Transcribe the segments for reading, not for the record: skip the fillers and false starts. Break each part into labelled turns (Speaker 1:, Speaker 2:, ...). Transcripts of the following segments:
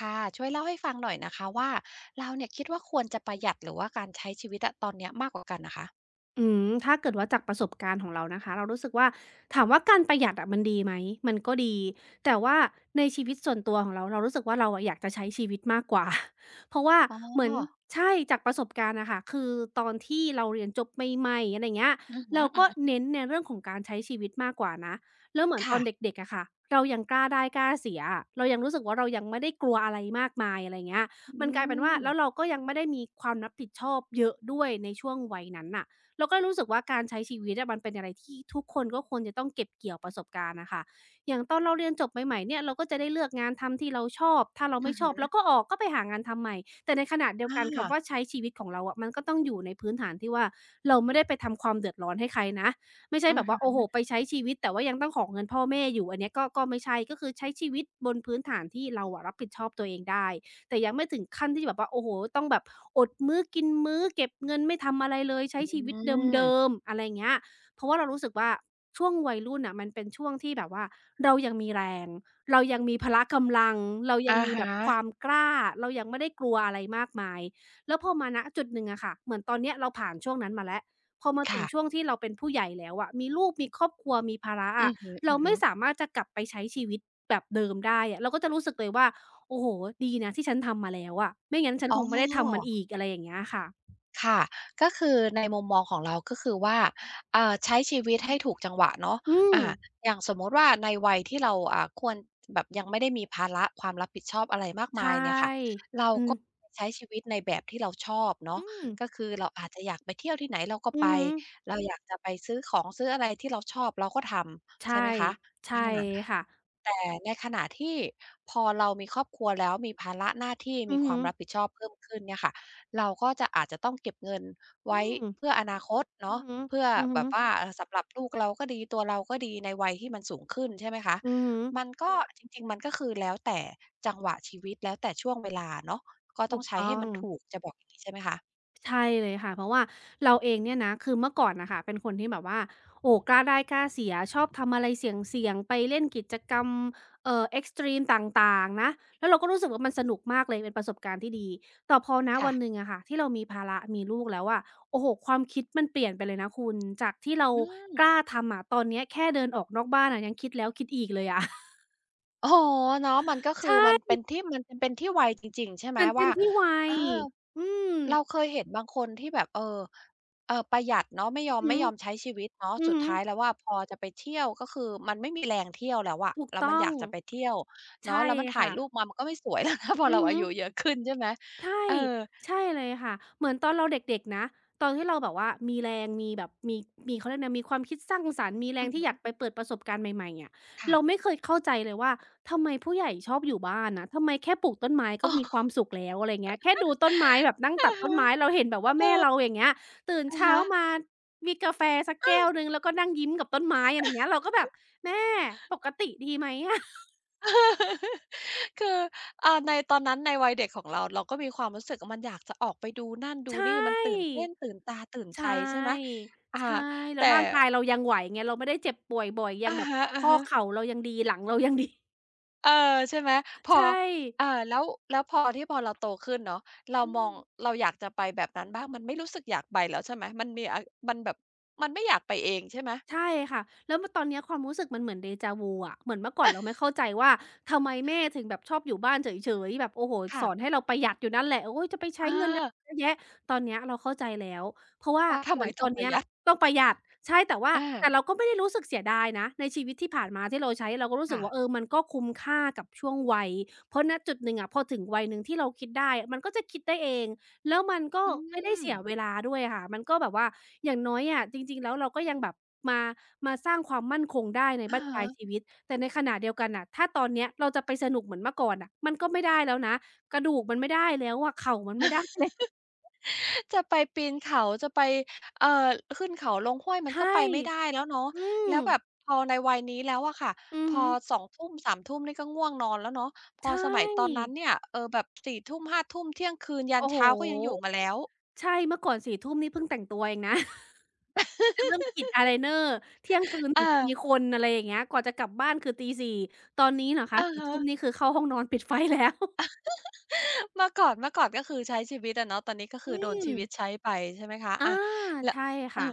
Speaker 1: ค่ะช่วยเล่าให้ฟังหน่อยนะคะว่าเราเนี่ยคิดว่าควรจะประหยัดหรือว่าการใช้ชีวิตอะตอนเนี้ยมากกว่ากันนะคะ
Speaker 2: ถ้าเกิดว่าจากประสบการณ์ของเรานะคะ เรารู้สึกว่าถามว่าการประหยัดอะมันดีไหมมันก็ดี แต่ว่าในชีวิตส่วนตัวของเราเรารู้สึกว่าเราอะอยากจะใช้ชีวิตมากกว่า เพราะว่า
Speaker 1: อ๋อ
Speaker 2: เหมือนใช่จากประสบการณ์อะค่ะคือตอนที่เราเรียนจบใหม่ๆอะไรเงี้ย
Speaker 1: อือ
Speaker 2: เราก็
Speaker 1: ฮึ
Speaker 2: เน้นในเรื่องของการใช้ชีวิตมากกว่านะแล้วเหมือ
Speaker 1: ๆ
Speaker 2: นตอนเ
Speaker 1: ค่ะ
Speaker 2: ด็กๆอะค่ะเรายังกล้าได้กล้าเสียอะเรายังรู้สึกว่าเรายังไม่ได้กลัวอะไรมากมายอะไรเงี้ย
Speaker 1: อื
Speaker 2: มันกลายเป็นว่าแล้ว
Speaker 1: ม
Speaker 2: เราก็ยังไม่ได้มีความรับผิดชอบเยอะด้วยในช่วงวัยนั้นน่ะ เราก็รู้สึกว่าการใช้ชีวิตอะมันเป็นอะไรที่ทุกคนก็ควรจะต้องเก็บเกี่ยวประสบการณ์นะค่ะอย่างตอนเราเรียนจบใหม่ๆเนี่ยเราก็จะได้เลือกงานทำที่เราชอบ ถ้าเรา
Speaker 1: อื
Speaker 2: ไม่ช
Speaker 1: อ
Speaker 2: อบเราก็ออกก็ไปหางานทำใหม่ แต่ในขณะเดียวกันคำว่า
Speaker 1: อา
Speaker 2: ใช้ชีวิตของเราอะมันก็ต้องอยู่ในพื้นฐานที่ว่าเราไม่ได้ไปทำความเดือดร้อนให้ใครนะไม่ใช่
Speaker 1: อื
Speaker 2: แบ
Speaker 1: อ
Speaker 2: บ
Speaker 1: ฮึ
Speaker 2: ว่าโอ้โหไปใช้ชีวิตแต่ว่ายังต้องของเงินพ่อแม่อยู่อันเนี้ยก็ไม่ใช่ก็คือใช้ชีวิตบนพื้นฐานที่เราอะรับผิดชอบตัวเองได้ แต่ยังไม่ถึงขั้นที่แบบว่าโอ้โฮต้องแบบอดมื้อกินมื้อเก็บเงินไม่ทำอะไรเลยใช้ชีวิตเดิมๆอะไรเงี้ยเพราะว่าเรารู้สึกว่าช่วงวัยรุ่นน่ะมันเป็นช่วงที่แบบว่าเรายังมีแรงเรายังมีพละกำลังเรายัง
Speaker 1: อะ
Speaker 2: มีแบ
Speaker 1: ฮะ
Speaker 2: บความกล้าเรายังไม่ได้กลัวอะไรมากมายแล้วพอมาณจุดหนึ่งอะค่ะเหมือนตอนเนี้ยเราผ่านช่วงนั้นมาแล้วพอมาถึงช่ว
Speaker 1: ค่ะ
Speaker 2: งที่เราเป็นผู้ใหญ่แล้วอะมีลูกมีครอบครัวมีภาระ
Speaker 1: อื
Speaker 2: อะ
Speaker 1: อฮ
Speaker 2: เรา
Speaker 1: ึ
Speaker 2: ไม่สา
Speaker 1: ๆ
Speaker 2: มารถจะกลับไปใช้ชีวิตแบบเดิมได้อะเราก็จะรู้สึกเลยว่า โอ้โฮดีนะที่ฉันทำมาแล้วอะไม่งั้นฉัน
Speaker 1: อ๋
Speaker 2: ค
Speaker 1: อ
Speaker 2: งไม่ได้ทำมันอีกอะไรอย่างเงี้ยค่ะ
Speaker 1: ค่ะก็คือในมุมมองของเราก็คือว่าใช้ชีวิต
Speaker 2: อื
Speaker 1: ให้
Speaker 2: ม
Speaker 1: ถูกจังหวะเนาะ
Speaker 2: อม
Speaker 1: อ่าอย่างสมมุติว่าในวัยที่เราควรแบบยังไม่ได้มีภาระความรับผิดชอบอะไรมาก
Speaker 2: ใช
Speaker 1: มายเนี่ยค่ะ
Speaker 2: ่
Speaker 1: เรา
Speaker 2: อืม
Speaker 1: ก็ใช้ชีวิตในแบบที่เราชอบเนาะ
Speaker 2: อืม
Speaker 1: ก็คือเราอาจจะอยากไปเที่ยวที่ไหนเราก็
Speaker 2: อื
Speaker 1: ไป
Speaker 2: อฮึ
Speaker 1: เราอยากจะไปซื้อของซื้ออะไรที่เราชอบเราก็ทำใช่ไหม
Speaker 2: ใช่
Speaker 1: คะอา
Speaker 2: ใช่ค่ะ
Speaker 1: แต่ในขณะที่พอเรามีครอบครัวแล้วมีภาระหน้าที่
Speaker 2: อื
Speaker 1: มี
Speaker 2: อ
Speaker 1: ควา
Speaker 2: ฮึ
Speaker 1: มรับผิดชอบเพิ่มขึ้นเนี่ยค่ะ เราก็จะอาจจะต้องเก็บเงิน
Speaker 2: อื
Speaker 1: ไว้
Speaker 2: ม
Speaker 1: เพื่ออนาคต
Speaker 2: อื
Speaker 1: เนาะ
Speaker 2: อฮึ
Speaker 1: เพื่อ
Speaker 2: อือ
Speaker 1: แบ
Speaker 2: ฮึ
Speaker 1: บว่าสำหรับลูกเราก็ดีตัวเราก็ดีในวัยที่มันสูงขึ้นใช่ไหมคะ
Speaker 2: อือฮึ
Speaker 1: มันก็จริงๆมันก็คือแล้วแต่จังหวะชีวิตแล้วแต่ช่วงเวลาเนาะก็ต้
Speaker 2: ถู
Speaker 1: อง
Speaker 2: ก
Speaker 1: ใช้
Speaker 2: ต้
Speaker 1: ให้
Speaker 2: อง
Speaker 1: มันถูกจะบอกอย่างงี้ใช่ไหมคะ
Speaker 2: ใช่เลยค่ะเพราะว่าเราเองเนี่ยนะคือเมื่อก่อนนะคะเป็นคนที่แบบว่าโอ้กล้าได้กล้าเสียชอบทำอะไรเสี่ยงๆไปเล่นกิจกรรมเอ็กซ์ตรีมต่างๆนะแล้วเราก็รู้สึกว่ามันสนุกมากเลยเป็นประสบการณ์ที่ดีแต่พอนะ
Speaker 1: ค่ะ
Speaker 2: วันหนึ่งอะค่ะที่เรามีภาระมีลูกแล้วอะโอ้โหความคิดมันเปลี่ยนไปเลยนะคุณจากที่เรา
Speaker 1: อืม
Speaker 2: กล้าทำอะตอนเนี้ยแค่เดินออกนอกบ้านอะยังคิดแล้วคิดอีกเลยอะ
Speaker 1: โอ้โฮเนาะมันก็คื
Speaker 2: ใช
Speaker 1: อมัน
Speaker 2: ่
Speaker 1: มันเป็นที่ไวจริงๆใช่ไหม
Speaker 2: มันเป็
Speaker 1: ว่า
Speaker 2: นที่วั
Speaker 1: เออ
Speaker 2: ยอืม
Speaker 1: เราเคยเห็นบางคนที่แบบเออเออประหยัดเนาะ
Speaker 2: อือหื
Speaker 1: ไม่ยอมใช้ชีวิตเนาะ
Speaker 2: ออือ
Speaker 1: สุด
Speaker 2: หือ
Speaker 1: ท้ายแล้วอะพอจะไปเที่ยวก็คือมันไม่มีแรงเที่ยวแล้วอะ
Speaker 2: ถูก
Speaker 1: แล้วมัน
Speaker 2: ต้อ
Speaker 1: อ
Speaker 2: ง
Speaker 1: ยากจะไปเที่ยวเนาะ
Speaker 2: ใช่
Speaker 1: แล้วมันถ่าย
Speaker 2: ค่ะ
Speaker 1: รูปมามันก็ไม่สวยแล้วนะ พอ
Speaker 2: อือ
Speaker 1: เรา
Speaker 2: หื
Speaker 1: อา
Speaker 2: อ
Speaker 1: ยุเยอะขึ้นใช่ไหม
Speaker 2: ใช่
Speaker 1: เออ
Speaker 2: ใช่เลยค่ะเหมือนตอนเราเด็กๆนะตอนที่เราแบบว่ามีแรงมีแบบมีเขาเรียกนะมีความคิดสร้างสรรค์มีแร
Speaker 1: อื
Speaker 2: ง
Speaker 1: อ
Speaker 2: ที่
Speaker 1: ฮึ
Speaker 2: อยากไปเปิดประสบการณ์ใหม่ๆอะ
Speaker 1: ค่ะ
Speaker 2: เราไม่เคยเข้าใจเลยว่าทำไมผู้ใหญ่ชอบอยู่บ้านนะทำไมแค่ปลูกต้นไม้ก็
Speaker 1: อ๋อ
Speaker 2: มีควา มสุขแล้วอะไรเงี้ยแค่ดูต้นไม้แบบนั่ง
Speaker 1: อะ
Speaker 2: ตัดต้น
Speaker 1: ฮะ
Speaker 2: ไม้ เราเห็นแบบว่าแม่เราอย่างเงี้ยตื่น
Speaker 1: อะ
Speaker 2: เช้า
Speaker 1: ฮะ
Speaker 2: มามีกาแฟสักแก้วหนึ่งแล้วก็นั่งยิ้มกับต้นไม้อะไรเงี้ยเราก็แบบแม่ปกติดีไหมอะ
Speaker 1: คือในตอนนั้นในวัยเด็กของเราเราก็มีความรู้สึกว่ามันอยากจะออกไปดูนั่นดู
Speaker 2: ใช
Speaker 1: นี่มันตื่น
Speaker 2: ่
Speaker 1: เต้นตื่นตาตื่น
Speaker 2: ใช
Speaker 1: ใจใช่ไหม
Speaker 2: ่
Speaker 1: อ่า
Speaker 2: ใช่ แล้
Speaker 1: แต่
Speaker 2: วร่างกายเรายังไหวไงเราไม่ได้เจ็บป่วยบ่อย ยัง
Speaker 1: อะ
Speaker 2: แบบ
Speaker 1: ฮะ
Speaker 2: ข้อ
Speaker 1: ๆ
Speaker 2: เข่าเรายังดี หลังเรายังดี
Speaker 1: เออใช่ไหมพ อ
Speaker 2: ใช่
Speaker 1: แล้วพอเราโตขึ้นเนาะเรา
Speaker 2: อื
Speaker 1: มอ
Speaker 2: ม
Speaker 1: งเราอยากจะไปแบบนั้นบ้างมันไม่รู้สึกอยากไปแล้วใช่ไหมมันมีอะมันแบบมันไม่อยากไปเองใช่ไหม
Speaker 2: ใช่ค่ะแล้วมาตอนเนี้ยความรู้สึกมันเหมือนเดจาวูอะเหมือนเมื่อก่อนเราไม่เข้าใจว่าทำไมแม่ถึงแบบชอบอยู่บ้านเฉยๆแบบโอ้โฮสอน
Speaker 1: ค่ะ
Speaker 2: ให้เราประหยัดอยู่นั่นแหละโอ๊ยจะไปใช้
Speaker 1: อา
Speaker 2: เงินอะไรเยอะแยะตอนเนี้ยเราเข้าใจแล้วเพราะว่า
Speaker 1: ว่าทำ
Speaker 2: เหมื
Speaker 1: ไม
Speaker 2: อนต
Speaker 1: ต้อ
Speaker 2: อ
Speaker 1: ง
Speaker 2: น
Speaker 1: ป ระ
Speaker 2: เนี้ย
Speaker 1: หยัด
Speaker 2: ต้องประหยัดใช่แต่ว่า
Speaker 1: อา
Speaker 2: แต่เราก็ไม่ได้รู้สึกเสียดายนะในชีวิตที่ผ่านมาที่เราใช้เราก็รู้สึ
Speaker 1: ค่ะ
Speaker 2: กว่าเออมันก็คุ้มค่ากับช่วงวัยเพราะณจุดหนึ่งอะพอถึงวัยหนึ่งที่เราคิดได้มันก็จะคิดได้เอง แล้วมันก็
Speaker 1: อื
Speaker 2: ไม่ได้
Speaker 1: ม
Speaker 2: เสียเวลาด้วยค่ะมันก็แบบว่าอย่างน้อยอะจริงๆแล้วเราก็ยังแบบมามาสร้างความมั่นคงได้ใน
Speaker 1: อะ
Speaker 2: บั้นปลายชี
Speaker 1: ฮะ
Speaker 2: วิตแต่ในขณะเดียวกันน่ะถ้าตอนเนี้ยเราจะไปสนุกเหมือนเมื่อก่อนน่ะมันก็ไม่ได้แล้วนะกระดูกมันไม่ได้แล้วอะเข่ามันไม่ได้แล้ว
Speaker 1: จะไปปีนเขาจะไปเอ่อขึ้นเขาลงห้วยมันก็
Speaker 2: ใช่
Speaker 1: ไปไม่ได้แล้วเนาะ
Speaker 2: อืม
Speaker 1: แล้วแบบพอในวัยนี้แล้วอะค่ะ
Speaker 2: อือ
Speaker 1: พอ
Speaker 2: ฮึ
Speaker 1: สองทุ่มสามทุ่มนี่ก็ง่วงนอนแล้วเนาะพ
Speaker 2: ใช
Speaker 1: อสมัยตอนนั้
Speaker 2: ่
Speaker 1: นเนี่ยเออแบบสี่ทุ่มห้าทุ่มเที่ยงคืนยัน
Speaker 2: โอ้โฮ
Speaker 1: เช้าก็ยังอยู่มาแล้ว
Speaker 2: ใช่เมื่อก่อนสี่ทุ่มนี่เพิ่งแต่งตัวเองนะ เพิ่งจะเริ่มกรีดอายไลเนอร์เที่ยงคืน
Speaker 1: เอ
Speaker 2: ถึงจะมี
Speaker 1: อ
Speaker 2: คนอะไรอย่างเงี้ยกว่าจะกลับบ้านคือตีสี่ตอนนี้เหรอคะ
Speaker 1: อะ
Speaker 2: สี่
Speaker 1: ฮะ
Speaker 2: ทุ่มนี่คือเข้าห้องนอนปิดไฟแล้ว
Speaker 1: เมื่อก่อนก็คือใช้ชีวิตอะเนาะตอนนี้ก็คือ
Speaker 2: อื
Speaker 1: โดน
Speaker 2: ม
Speaker 1: ชีวิต ใช้ไปใช่ไหมคะ
Speaker 2: อา
Speaker 1: อาแล้ว
Speaker 2: ใช่
Speaker 1: เออ
Speaker 2: ค่ะ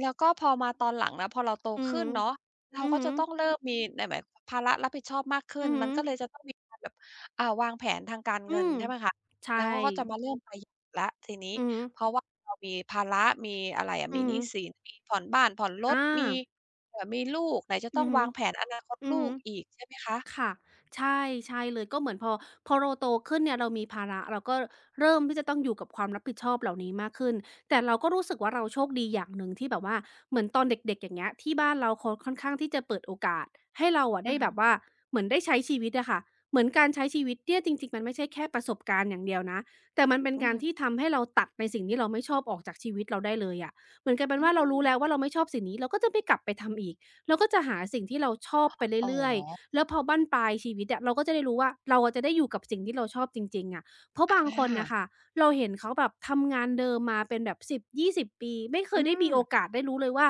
Speaker 1: แล้วก็พอมาตอนหลังนะพอเราโต
Speaker 2: อือ
Speaker 1: ขึ้น
Speaker 2: ฮึ
Speaker 1: เนาะเรา
Speaker 2: อือ
Speaker 1: ก็
Speaker 2: ฮึ
Speaker 1: จะต้องเริ่มมีในหมายภาระรับผิดชอบมากขึ้น
Speaker 2: อือฮึ
Speaker 1: มันก็เลยจะต้องมีการแบบวางแผนทางการ
Speaker 2: อื
Speaker 1: เงิน
Speaker 2: ม
Speaker 1: ใช่ไหมคะ
Speaker 2: ใช่
Speaker 1: แล้วก็จะมาเริ่มประหยัดแล้วทีนี้
Speaker 2: อือฮึ
Speaker 1: เพราะว่าเรามีภาระมีอะไรอะมี
Speaker 2: อือ
Speaker 1: หนี้
Speaker 2: ฮึ
Speaker 1: สินมีผ่อนบ้านผ่อนรถมี
Speaker 2: อา
Speaker 1: มีลูกไหนจะต้อ
Speaker 2: อื
Speaker 1: ง
Speaker 2: อฮึ
Speaker 1: วางแผนอนาคต
Speaker 2: อื
Speaker 1: ลู
Speaker 2: อฮึ
Speaker 1: กอีกใช่ไหมคะ
Speaker 2: ค่ะใช่ใช่เลยก็เหมือนพอเราโตขึ้นเนี่ยเรามีภาระเราก็เริ่มที่จะต้องอยู่กับความรับผิดชอบเหล่านี้มากขึ้นแต่เราก็รู้สึกว่าเราโชคดีอย่างหนึ่งที่แบบว่าเหมือนตอนเด็กๆอย่างเงี้ยที่บ้านเราเขาค่อนข้างที่จะเปิดโอกาสให้เราอะ
Speaker 1: อื
Speaker 2: ได้
Speaker 1: อฮึ
Speaker 2: แบบว่าเหมือนได้ใช้ชีวิตอะค่ะเหมือนการใช้ชีวิตเนี่ยจริงๆมันไม่ใช่แค่ประสบการณ์อย่างเดียวนะแต่มันเป็น
Speaker 1: อือ
Speaker 2: การ
Speaker 1: ฮึ
Speaker 2: ที่ทำให้เราตัดในสิ่งที่เราไม่ชอบออกจากชีวิตเราได้เลยอะเหมือนกลายเป็น
Speaker 1: อื
Speaker 2: ว่าเรา
Speaker 1: ม
Speaker 2: รู้แล้วว่าเราไม่ชอบสิ่งนี้เราก็จะไม่กลับไปทำอีกเราก็จะหาสิ่งที่เราชอบไป
Speaker 1: อ๋อ
Speaker 2: เรื่อยๆ แล้วพอบั้นปลายชีวิตอะเราก็จะได้รู้ว่าเราอะจะได้อยู่กับสิ่งที่เราชอบจริงๆอะเพราะ
Speaker 1: อ
Speaker 2: บางคนน่ะ
Speaker 1: า
Speaker 2: ค่ะเราเห็นเขาแบบทำงานเดิมมาเป็นแบบ10-20 ปีไม่เค
Speaker 1: อื
Speaker 2: ยได้มี
Speaker 1: ม
Speaker 2: โอกาสได้รู้เลยว่า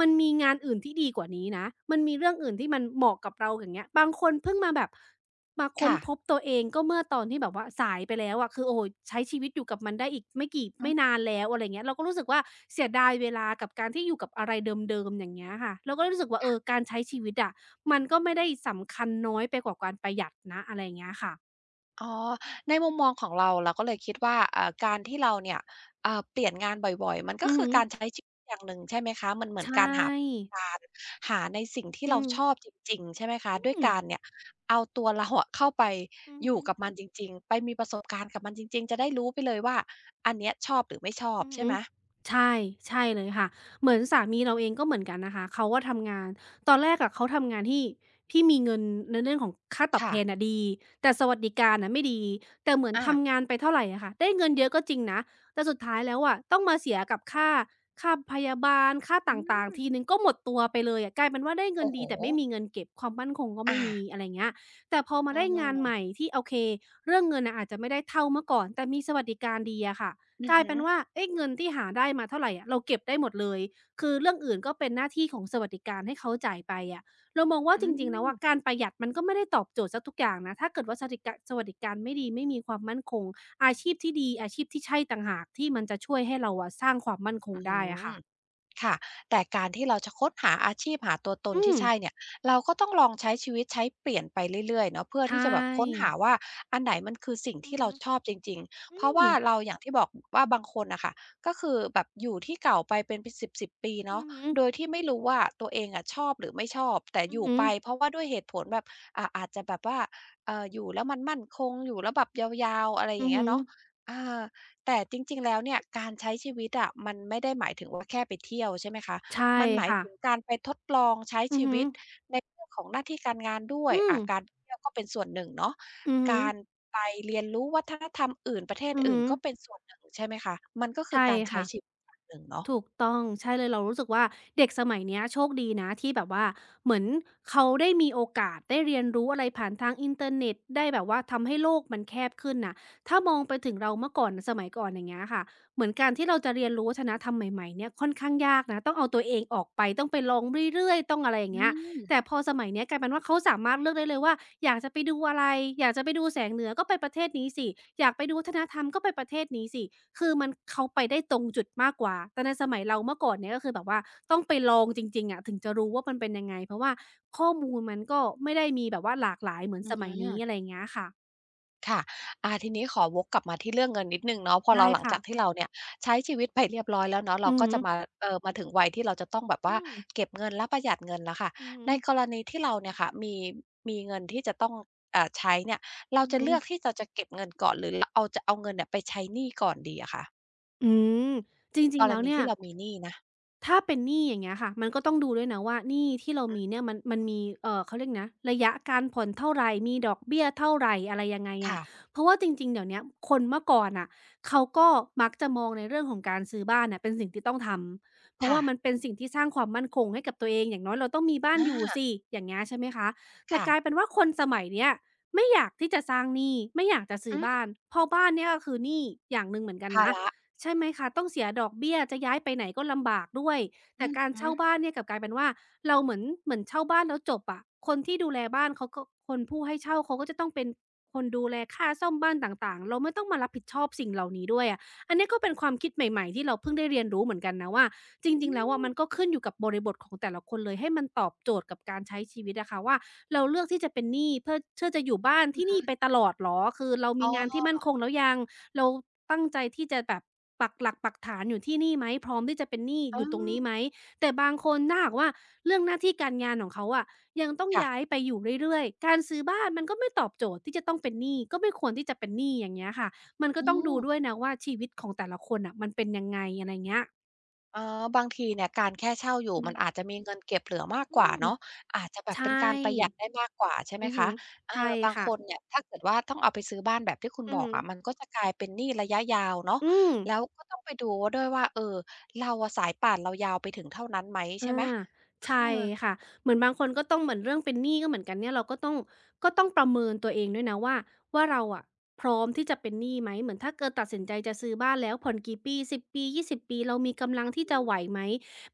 Speaker 2: มันมีงานอื่นที่ดีกว่านี้นะมันมีเรื่องอื่นที่มันเหมาะกับเราอย่างเงี้ยบางคนเพิ่งมาแบบ มาค้น
Speaker 1: ค่ะ
Speaker 2: พบตัวเองก็เมื่อตอนที่แบบว่าสายไปแล้วอะคือโอ้โฮใช้ชีวิตอยู่กับมันได้อีกไม่กี่
Speaker 1: อื
Speaker 2: ไม่
Speaker 1: ม
Speaker 2: นานแล้วอะไรอย่างเงี้ยเราก็รู้สึกว่าเสียดายเวลากับการที่อยู่กับอะไรเดิมๆอย่างเงี้ยค่ะเราก็เลยรู้สึกว่าเออ
Speaker 1: ค่ะ
Speaker 2: การใช้ชีวิตอะมันก็ไม่ได้สำคัญน้อยไปกว่าการประหยัดนะอะไรอย่างเงี้ยค่ะ
Speaker 1: อ๋อ ในมุมมองของเราเราก็เลยคิดว่าการที่เราเนี่ยเปลี่ยนงานบ่อยๆมันก็
Speaker 2: อือ
Speaker 1: คือ
Speaker 2: ฮึ
Speaker 1: การใช้ชีวิตอย่างหนึ่งใช่ไหมคะมันเหมื
Speaker 2: ใช
Speaker 1: อนการหาประสบ
Speaker 2: ่
Speaker 1: การณ์หาในสิ่งที่
Speaker 2: อื
Speaker 1: เรา
Speaker 2: อ
Speaker 1: ชอบจริงๆใช่ไหมคะ
Speaker 2: อื
Speaker 1: ด้วย
Speaker 2: ม
Speaker 1: การเนี่ยเอาตัวเราอะเข้าไป
Speaker 2: อือ
Speaker 1: อยู่
Speaker 2: ฮึ
Speaker 1: กับมันจริงๆไปมีประสบการณ์กับมันจริงๆจะได้รู้ไปเลยว่าอันเนี้ยชอบหรือไม่ชอบ
Speaker 2: อือ
Speaker 1: ใช่
Speaker 2: ฮึ
Speaker 1: ไหม
Speaker 2: ใช่ใช่เลยค่ะเหมือนสามีเราเองก็เหมือนกันนะคะเขาก็ทำงานตอนแรกอะเขาทำงานที่ที่มีเงินในเรื่องของค่าตอบ
Speaker 1: ค่ะ
Speaker 2: แทนน่ะดีแต่สวัสดิการน่ะไม่ดีแต่เหมือน
Speaker 1: อา
Speaker 2: ทำงานไปเท่าไรอะค่ะได้เงินเยอะก็จริงนะแต่สุดท้ายแล้วอะต้องมาเสียกับค่าพยาบาลค่าต
Speaker 1: อื
Speaker 2: ่าง
Speaker 1: ม
Speaker 2: ๆทีหนึ่งก็หมดตัวไปเลยอะกลายเป็นว่าได้เงิน
Speaker 1: โอ้โฮ
Speaker 2: ดีแต่ไม่มีเงินเก็บความมั่นคงก็
Speaker 1: อา
Speaker 2: ไม่มีอะไรเงี้ยแต่พอมา
Speaker 1: อื
Speaker 2: ได้งานใหม่
Speaker 1: ม
Speaker 2: ที่โอเคเรื่องเงินน่ะอาจจะไม่ได้เท่าเมื่อก่อนแต่มีสวัสดิการดีอะค่ะ
Speaker 1: อื
Speaker 2: ก
Speaker 1: อ
Speaker 2: ลาย
Speaker 1: ฮึ
Speaker 2: เป็นว่าเอ๊ะเงินที่หาได้มาเท่าไรอะเราเก็บได้หมดเลยคือเรื่องอื่นก็เป็นหน้าที่ของสวัสดิการให้เขาจ่ายไปอะเรามองว่า
Speaker 1: อื
Speaker 2: จริงๆแล้ว
Speaker 1: ม
Speaker 2: อะการประหยัดมันก็ไม่ได้ตอบโจทย์เสียทุกอย่างนะถ้าเกิดว่าสวัสดิการไม่ดีไม่มีความมั่นคงอาชีพที่ดีอาชีพที่ใช่ต่างหากที่มันจะช่วยให้เราอะสร้างความมั่นคง
Speaker 1: อื
Speaker 2: ได้อะ
Speaker 1: ม
Speaker 2: ค่ะ
Speaker 1: ค่ะแต่การที่เราจะค้นหาอาชีพหาตัวตน
Speaker 2: อื
Speaker 1: ที่
Speaker 2: ม
Speaker 1: ใช่เนี่ยเราก็ต้องลองใช้ชีวิตเปลี่ยนไปเรื่อยๆเนาะเพื่อ
Speaker 2: ใช
Speaker 1: ที่จะแบบค้น
Speaker 2: ่
Speaker 1: หาว่าอันไหนมันคือสิ่ง
Speaker 2: อื
Speaker 1: ที่
Speaker 2: อ
Speaker 1: เรา
Speaker 2: ฮึ
Speaker 1: ชอบจริงๆ
Speaker 2: อื
Speaker 1: เพราะ
Speaker 2: ม
Speaker 1: ว่าเราอย่างที่บอกว่าบางคนอะค่ะก็คือแบบอยู่ที่เก่าไปเป็นสิบสิบปี
Speaker 2: อื
Speaker 1: เนาะ
Speaker 2: อฮึ
Speaker 1: โดยที่ไม่รู้ว่าตัวเองอะชอบหรือไม่ชอบแต่
Speaker 2: อื
Speaker 1: อ
Speaker 2: อ
Speaker 1: ยู่
Speaker 2: ฮึ
Speaker 1: ไปเพราะว่าด้วยเหตุผลแบบอาจจะแบบว่าเอออยู่แล้วมันมั่นคงอยู่แล้วแบบยาวๆอะไรอ
Speaker 2: อื
Speaker 1: ย่า
Speaker 2: อ
Speaker 1: งเงี้
Speaker 2: ฮึ
Speaker 1: ยเนาะอา แต่จริงๆแล้วเนี่ยการใช้ชีวิตอะมันไม่ได้หมายถึงว่าแค่ไปเที่ยวใช่ไหมคะ
Speaker 2: ใช่
Speaker 1: มันหมาย
Speaker 2: ค่ะ
Speaker 1: ถึงการไปทดลองใช้
Speaker 2: อือ
Speaker 1: ชี
Speaker 2: ฮึ
Speaker 1: วิตในเรื่องของหน้าที่การงานด้วย
Speaker 2: อืม
Speaker 1: การเที่ยวก็เป็นส่วนหนึ่งเนาะ
Speaker 2: อือฮึ
Speaker 1: การไปเรียนรู้วัฒนธรรมอื่นประเทศ
Speaker 2: อือ
Speaker 1: อื่น
Speaker 2: ฮึ
Speaker 1: ก็เป็นส่วนหนึ่งใช่ไหมคะมันก็คือ
Speaker 2: ใช่
Speaker 1: การใช้
Speaker 2: ค่ะ
Speaker 1: ชีวิตอย่างหนึ่งเนาะ
Speaker 2: ถูกต้องใช่เลยเรารู้สึกว่าเด็กสมัยเนี้ยโชคดีนะที่แบบว่าเหมือนเขาได้มีโอกาสได้เรียนรู้อะไรผ่านทางอินเทอร์เน็ตได้แบบว่าทำให้โลกมันแคบขึ้นน่ะถ้ามองไปถึงเราเมื่อก่อนสมัยก่อนอย่างเงี้ยค่ะเหมือนการที่เราจะเรียนรู้วัฒนธรรมใหม่ๆเนี่ยค่อนข้างยากนะต้องเอาตัวเองออกไปต้องไปลองเรื่อยๆต้องอะไรอย่าง
Speaker 1: อื
Speaker 2: เงี้ย
Speaker 1: ม
Speaker 2: แต่พอสมัยเนี้ยกลายเป็นว่าเขาสามารถเลือกได้เลยว่าอยากจะไปดูอะไรอยากจะไปดูแสงเหนือก็ไปประเทศนี้สิอยากไปดูวัฒนธรรมก็ไปประเทศนี้สิคือมันเขาไปได้ตรงจุดมากกว่าแต่ในสมัยเราเมื่อก่อนเนี่ยก็คือแบบว่าต้องไปลองจริงๆอะถึงจะรู้ว่ามันเป็นยังไงเพราะว่าข้อมูลมันก็ไม่ได้มีแบบว่าหลากหลายเหมือน
Speaker 1: อื
Speaker 2: ส
Speaker 1: อ
Speaker 2: มัย
Speaker 1: ฮึ
Speaker 2: นี้อะไรอย่างเงี้ยค่ะ
Speaker 1: ค่ะ อาทีนี้ขอวกกลับมาที่เรื่องเงินนิดหนึ่งเนาะพอเรา
Speaker 2: ได้
Speaker 1: หลัง
Speaker 2: ค่ะ
Speaker 1: จากที่เราเนี่ยใช้ชีวิตไปเรียบร้อยแล้วเนาะเรา
Speaker 2: อือ
Speaker 1: ก็
Speaker 2: ฮึ
Speaker 1: จะมามาถึงวัยที่เราจะต้องแบบ
Speaker 2: อื
Speaker 1: ว่า
Speaker 2: ม
Speaker 1: เก็บเงินและประหยัดเงินแล้วค่ะ
Speaker 2: อือฮึ
Speaker 1: ในกรณีที่เราเนี่ยค่ะมีเงินที่จะต้องใช้เนี่ยเรา
Speaker 2: อือ
Speaker 1: จะ
Speaker 2: ฮึ
Speaker 1: เลือกที่เราจะเก็บเงินก่อนหรือเอาจะเอาเงินเนี่ยไปใช้หนี้ก่อนดีอะคะ
Speaker 2: อืมจริ
Speaker 1: ก
Speaker 2: งๆ
Speaker 1: ร
Speaker 2: แล้ว
Speaker 1: ณี
Speaker 2: เนี่ย
Speaker 1: ที่เรามีหนี้นะ
Speaker 2: ถ้าเป็นหนี้อย่างเงี้ยค่ะมันก็ต้องดูด้วยนะว่าหนี้ที่เรามีเนี่ยมันมีเขาเรียกนะระยะการผ่อนเท่าไรมีดอกเบี้ยเท่าไรอะไรยังไงอะ
Speaker 1: ค่ะ
Speaker 2: เพราะว่าจริงๆเดี๋ยวเนี้ยคนเมื่อก่อนน่ะเขาก็มักจะมองในเรื่องของการซื้อบ้านน่ะเป็นสิ่งที่ต้องทำเพราะว่ามัน
Speaker 1: ค่ะ
Speaker 2: เป็นสิ่งที่สร้างความมั่นคงให้กับตัวเองอย่างน้อยเราต้องมีบ้าน
Speaker 1: อา
Speaker 2: อยู่สิอย่างเงี้ยใช่ไหมคะแต่
Speaker 1: ค่ะ
Speaker 2: กลายเป็นว่าคนสมัยเนี้ยไม่อยากที่จะสร้างหนี้ไม่อยากจะซื้
Speaker 1: อื
Speaker 2: อบ้า
Speaker 1: ม
Speaker 2: นเพราะบ้านเนี่ยก็คือหนี้อย่างหนึ่งเหมือนกันนะ
Speaker 1: ภาระ
Speaker 2: ใช่ไหมคะต้องเสียดอกเบี้ยจะย้ายไปไหนก็ลำบากด้วย
Speaker 1: อื
Speaker 2: แต่
Speaker 1: อ
Speaker 2: การ
Speaker 1: ฮึ
Speaker 2: เช่าบ้านเนี่ยกลับกลายเป็นว่าเราเหมือนเช่าบ้านแล้วจบอะคนที่ดูแลบ้านเขาก็คนผู้ให้เช่าเขาก็จะต้องเป็นคนดูแลค่าซ่อมบ้านต่างๆเราไม่ต้องมารับผิดชอบสิ่งเหล่านี้ด้วยอะอันเนี้ยก็เป็นความคิดใหม่ๆที่เราเพิ่งได้เรียนรู้เหมือนกันนะว่าจ
Speaker 1: อื
Speaker 2: ริงๆแล้วอะ
Speaker 1: ม
Speaker 2: มันก็ขึ้นอยู่กับบริบทของแต่ละคนเลยให้มันตอบโจทย์กับการใช้ชีวิตอะค่ะว่าเราเลือกที่จะเป็นหนี้เพื่อจะอยู่บ้านที่นี่ไปตลอดเหรอคือเรา
Speaker 1: อ๋
Speaker 2: มี
Speaker 1: อ
Speaker 2: งานที่มั่นคงแล้วยัง เราตั้งใจที่จะแบบปักหลักปักฐานอยู่ที่นี่ไหมพร้อมที่จะเป็นหนี้
Speaker 1: เ
Speaker 2: อยู่ตรงนี้ไหม
Speaker 1: ออ
Speaker 2: แต่บางคนถ้าหากว่าเรื่องหน้าที่การงานของเขาอะยังต้อง
Speaker 1: ค่ะ
Speaker 2: ย้ายไปอยู่เรื่อยๆการซื้อบ้านมันก็ไม่ตอบโจทย์ที่จะต้องเป็นหนี้ก็ไม่ควรที่จะเป็นหนี้อย่างเงี้ยค่ะมันก็
Speaker 1: อื
Speaker 2: ต้องดูด้วย
Speaker 1: ม
Speaker 2: นะว่าชีวิตของแต่ละคนน่ะมันเป็นยังไงอะไรเงี้ย
Speaker 1: เออบางทีเนี่ยการแค่เช่าอยู่
Speaker 2: อื
Speaker 1: มั
Speaker 2: ม
Speaker 1: นอาจจะมีเงินเก็บเหลือมาก
Speaker 2: อื
Speaker 1: กว่า
Speaker 2: ม
Speaker 1: เนาะอาจจะแบบเป็
Speaker 2: ใช่
Speaker 1: นการประหยัดได้มากกว่าใช่ไหม
Speaker 2: อือ
Speaker 1: คะ
Speaker 2: ฮึ
Speaker 1: เออ
Speaker 2: ใช่
Speaker 1: บางค
Speaker 2: ค่ะ
Speaker 1: นเนี่ยถ้าเกิดว่าต้องเอาไปซื้อบ้านแบบที่คุณ
Speaker 2: อื
Speaker 1: บ
Speaker 2: อ
Speaker 1: อก
Speaker 2: ฮึ
Speaker 1: อะมันก็จะกลายเป็นหนี้ระยะยาวเนาะ
Speaker 2: อืม
Speaker 1: แล้วก็ต้องไปดูว่าด้วยว่าเออเราอะสายป่านเรายาวไปถึงเท่านั้นไหม
Speaker 2: อา
Speaker 1: ใช่ไหมเอ
Speaker 2: ใช่
Speaker 1: อ
Speaker 2: ค่ะเหมือนบางคนก็ต้องเหมือนเรื่องเป็นหนี้ก็เหมือนกันเนี่ยเราก็ต้องประเมินตัวเองด้วยนะว่าเราอะพร้อมที่จะเป็นหนี้ไหมเหมือนถ้าเกิดตัดสินใจจะซื้อบ้านแล้วผ่อนกี่ปีสิบปี20ปีเรามีกำลังที่จะไหวไหม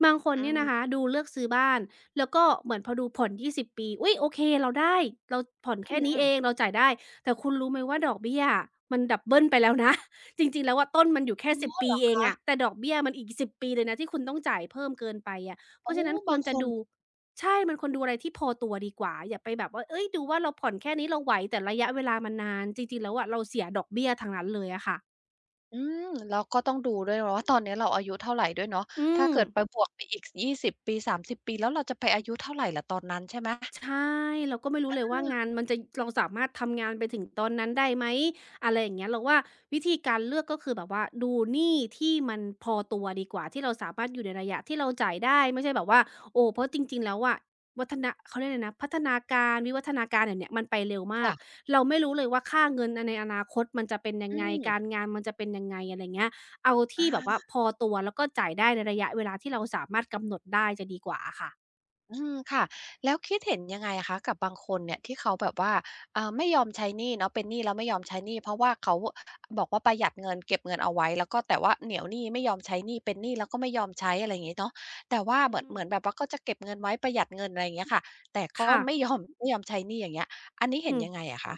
Speaker 2: บางคน
Speaker 1: อื
Speaker 2: เนี่ยนะคะ
Speaker 1: ม
Speaker 2: ดูเลือกซื้อบ้านแล้วก็เหมือนพอดูผ่อน20ปีอุ๊ยโอเคเราได้เราผ่อน
Speaker 1: อื
Speaker 2: แค่นี้เอง
Speaker 1: อ
Speaker 2: เราจ่ายได้แต่คุณรู้ไหมว่าดอกเบี้ยอะมันดับเบิลไปแล้วนะ จริงๆแล้วอะต้นมันอยู่แค่
Speaker 1: อ๋อ
Speaker 2: สิบ
Speaker 1: เห
Speaker 2: ปี
Speaker 1: รอ
Speaker 2: เอง
Speaker 1: คะ
Speaker 2: อะแต่ดอกเบี้ยมันอีกสิบปีเลยนะที่คุณต้องจ่ายเพิ่มเกินไปอะ เพ
Speaker 1: อ๋อ
Speaker 2: ราะฉะนั้นค
Speaker 1: บา
Speaker 2: ว
Speaker 1: ง
Speaker 2: ร
Speaker 1: ค
Speaker 2: จะ
Speaker 1: น
Speaker 2: ดูใช่ มันควรดูอะไรที่พอตัวดีกว่าอย่าไปแบบว่าเฮ้ยดูว่าเราผ่อนแค่นี้เราไหวแต่ระยะเวลามันนานจริงๆแล้วอะเราเสียดอกเบี้ยทั้งนั้นเลยอะค่ะ
Speaker 1: อืมแล้วก็ต้องดูด้วยเนาะว่าตอนนี้เราอายุเท่าไรด้วยเนาะ
Speaker 2: อื
Speaker 1: ถ้า
Speaker 2: ม
Speaker 1: เกิดไปบวกไปอีกสยี่สิบปีสามสิบปีแล้วเราจะไปอายุเท่าไรล่ะตอนนั้นใช่ไหม
Speaker 2: ใช่เราก็ไม่รู้เลยว่า
Speaker 1: เออ
Speaker 2: งานมันจะเราสามารถทำงานไปถึงตอนนั้นได้ไหมอะไรอย่างเงี้ยเราว่าวิธีการเลือกก็คือแบบว่าดูหนี้ที่มันพอตัวดีกว่าที่เราสามารถอยู่ในระยะที่เราจ่ายได้ไม่ใช่แบบว่าโอ้เพราะจริงๆแล้วอะวัฒนะเขาเรียกอะไรนะพัฒนาการวิวัฒนาการเดี๋ยวเนี้ยมันไปเร็วมาก
Speaker 1: ค่ะ
Speaker 2: เราไม่รู้เลยว่าค่าเงินอในอนาคตมันจะเป็นยัง
Speaker 1: อื
Speaker 2: ไง
Speaker 1: ม
Speaker 2: การงานมันจะเป็นยังไงอะไรเงี้ยเอาที่แบบว่า
Speaker 1: อา
Speaker 2: พอตัวแล้วก็จ่ายได้ในระยะเวลาที่เราสามารถกำหนดได้จะดีกว่าอะค่ะ
Speaker 1: อืมค่ะแล้วคิดเห็นยังไงอะคะกับบางคนเนี่ยที่เขาแบบว่าไม่ยอมใช้หนี้เนาะเป็นหนี้แล้วไม่ยอมใช้หนี้เพราะว่าเขาบอกว่าประหยัดเงินเก็บเงินเอาไว้แล้วก็แต่ว่าเหนียวหนี้ไม่ยอมใช้หนี้เป็นหนี้แล้วก็ไม่ยอมใช้อะไรอย่างงี้เนาะแต่ว่า
Speaker 2: อื
Speaker 1: เหมือนแบ
Speaker 2: ม
Speaker 1: บว่าก็จะเก็บเงินไว้ประหยัดเงินอะไรอย่างเงี้ยค่ะแต่ก็ไม่
Speaker 2: ค่ะ
Speaker 1: ยอมไม่ยอมใช้หนี้อย่างเงี้ยอัน
Speaker 2: อื
Speaker 1: นี้เห็น
Speaker 2: ม
Speaker 1: ยังไงอะคะ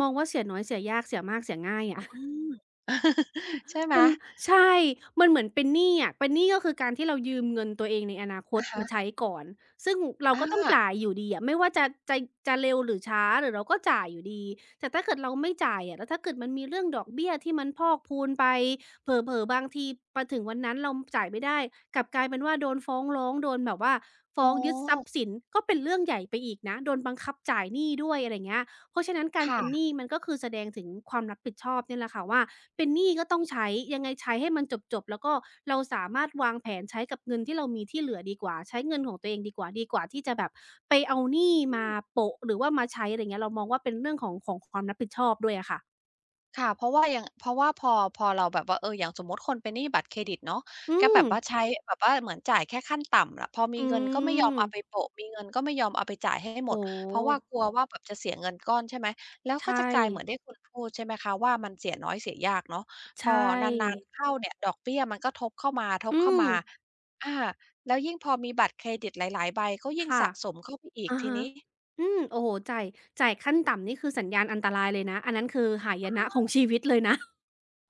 Speaker 2: มองว่าเสียน้อยเสียยากเสียมากเสียง่ายอะ
Speaker 1: อืม ใช่ไหม
Speaker 2: มันใช่มันเหมือนเป็นหนี้อะเป็นหนี้ก็คือการที่เรายืมเงินตัวเองในอนาคต
Speaker 1: อะฮะ
Speaker 2: มาใช้ก่อน ซึ่งเรา
Speaker 1: อ
Speaker 2: ก็ต้อง
Speaker 1: า
Speaker 2: จ่ายอยู่ดีอะไม่ว่าจะจะเร็วหรือช้าหรือเราก็จ่ายอยู่ดี แต่ถ้าเกิดเราไม่จ่ายอะแล้วถ้าเกิดมันมีเรื่องดอกเบี้ยที่มันพอกพูนไปเผลอๆบางทีมาถึงวันนั้นเราจ่ายไม่ได้กลับกลายเป็นว่าโดนฟ้องร้องโดนแบบว่า
Speaker 1: อ๋อ
Speaker 2: ฟ้องยึดทรัพย์สินก็เป็นเรื่องใหญ่ไปอีกนะโดนบังคับจ่ายหนี้ด้วยอะไรอย่างเงี้ยเพราะฉะนั้นการ
Speaker 1: ค่ะ
Speaker 2: เป็นหนี้มันก็คือแสดงถึงความรับผิดชอบเนี่ยแหละค่ะว่า เป็นหนี้ก็ต้องใช้ยังไงใช้ให้มันจบๆแล้วก็เราสามารถวางแผนใช้กับเงินที่เรามีที่เหลือดีกว่าใช้เงินของตัวเองดีกว่าที่จะแบบไปเอาหนี้มาโปะหรือว่ามาใช้อะไรเงี้ยเรามองว่าเป็นเรื่องของของความรับผิดชอบด้วยอะค่ะ
Speaker 1: ค่ะเพราะว่าอย่างเพราะว่าพอเราแบบว่าเอออย่างสมมุติคนเป็นหนี้บัตรเครดิตเนาะ
Speaker 2: อื
Speaker 1: ก็แบ
Speaker 2: ม
Speaker 1: บว่าใช้แบบว่าเหมือนจ่ายแค่ขั้นต่ำอะพอมี
Speaker 2: อื
Speaker 1: เงินก็ไม่ยอมเอาไป
Speaker 2: ม
Speaker 1: โปะมีเงินก็ไม่ยอมเอาไปจ่ายให้หมด
Speaker 2: โอ้
Speaker 1: เพ
Speaker 2: โฮ
Speaker 1: ราะว่ากลัวว่าแบบจะเสียเงินก้อนใช่ไหมแล้วก็
Speaker 2: ใช่
Speaker 1: จะกลายเหมือนที่คุณพูดใช่ไหมคะว่ามันเสียน้อยเสียยากเนาะพ
Speaker 2: ใช
Speaker 1: อนาน
Speaker 2: ่
Speaker 1: ๆเข้าเนี่ยดอกเบี้ยมันก็ทบเข้ามาทบ
Speaker 2: อื
Speaker 1: เข้า
Speaker 2: ม
Speaker 1: มาอาแล้วยิ่งพอมีบัตรเครดิตหลายๆใบก็ยิ่ง
Speaker 2: ค่ะ
Speaker 1: สะสมเข้าไปอีก
Speaker 2: อะ
Speaker 1: ที
Speaker 2: ฮะ
Speaker 1: นี้
Speaker 2: อืมโอ้โฮจ่ายขั้นต่ำนี่คือสัญญาณอันตรายเลยนะอันนั้นคือหายนะของชีวิตเลยนะ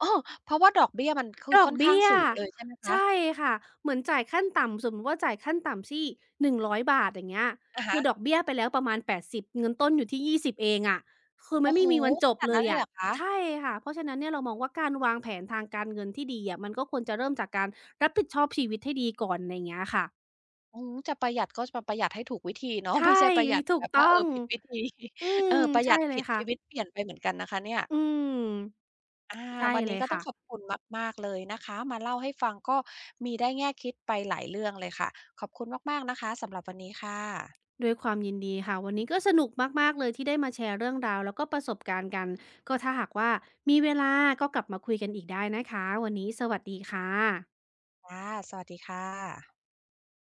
Speaker 1: เออเพราะว่าดอกเบี้ยมันคือ
Speaker 2: ดอ
Speaker 1: ค่
Speaker 2: ก
Speaker 1: อนข้าง
Speaker 2: เบี้ย
Speaker 1: สูงเลยใช่ไหมคะ
Speaker 2: ใช่ค่ะเหมือนจ่ายขั้นต่ำสมมุติว่าจ่ายขั้นต่ำที่100 บาทอย่างเงี้ย
Speaker 1: อะ
Speaker 2: คื
Speaker 1: ฮะ
Speaker 2: อดอกเบี้ยไปแล้วประมาณ80เงินต้นอยู่ที่20เองอะคือมั
Speaker 1: โอ้
Speaker 2: น
Speaker 1: โฮ
Speaker 2: ไม่มีวันจ
Speaker 1: ข
Speaker 2: บ
Speaker 1: นาด
Speaker 2: เล
Speaker 1: นั้
Speaker 2: ย
Speaker 1: นเลยเห
Speaker 2: อะ
Speaker 1: รอคะ
Speaker 2: ใช่ค่ะเพราะฉะนั้นเนี่ยเรามองว่าการวางแผนทางการเงินที่ดีอะมันก็ควรจะเริ่มจากการรับผิดชอบชีวิตให้ดีก่อนไรเงี้ยค่ะ
Speaker 1: อมจะประหยัดก็จะประหยัดให้ถูกวิธีเนาะ
Speaker 2: ใช่
Speaker 1: ไม่ใช่ประหยัด
Speaker 2: ถู
Speaker 1: แบ
Speaker 2: ก
Speaker 1: บ
Speaker 2: ต้
Speaker 1: ว่า
Speaker 2: อ
Speaker 1: เออ
Speaker 2: ง
Speaker 1: ผิดวิธี
Speaker 2: อื
Speaker 1: เออ
Speaker 2: ม
Speaker 1: ประหยั
Speaker 2: ใช่
Speaker 1: ด
Speaker 2: เล
Speaker 1: ผิ
Speaker 2: ย
Speaker 1: ด
Speaker 2: ค่ะ
Speaker 1: ชีวิตเปลี่ยนไปเหมือนกันนะคะเนี่ย
Speaker 2: อืม
Speaker 1: อา
Speaker 2: ใช่
Speaker 1: วัน
Speaker 2: เล
Speaker 1: นี้
Speaker 2: ย
Speaker 1: ก็ต้อ
Speaker 2: ค่ะ
Speaker 1: งขอบคุณมากๆเลยนะคะมาเล่าให้ฟังก็มีได้แง่คิดไปหลายเรื่องเลยค่ะขอบคุณมากๆนะคะสำหรับวันนี้ค่ะ
Speaker 2: ด้วยความยินดีค่ะวันนี้ก็สนุกมากๆเลยที่ได้มาแชร์เรื่องราวแล้วก็ประสบการณ์กันก็ถ้าหากว่ามีเวลาก็กลับมาคุยกันอีกได้นะคะวันนี้สวัสดีค่ะ
Speaker 1: ค่ะสวัสดีค่ะ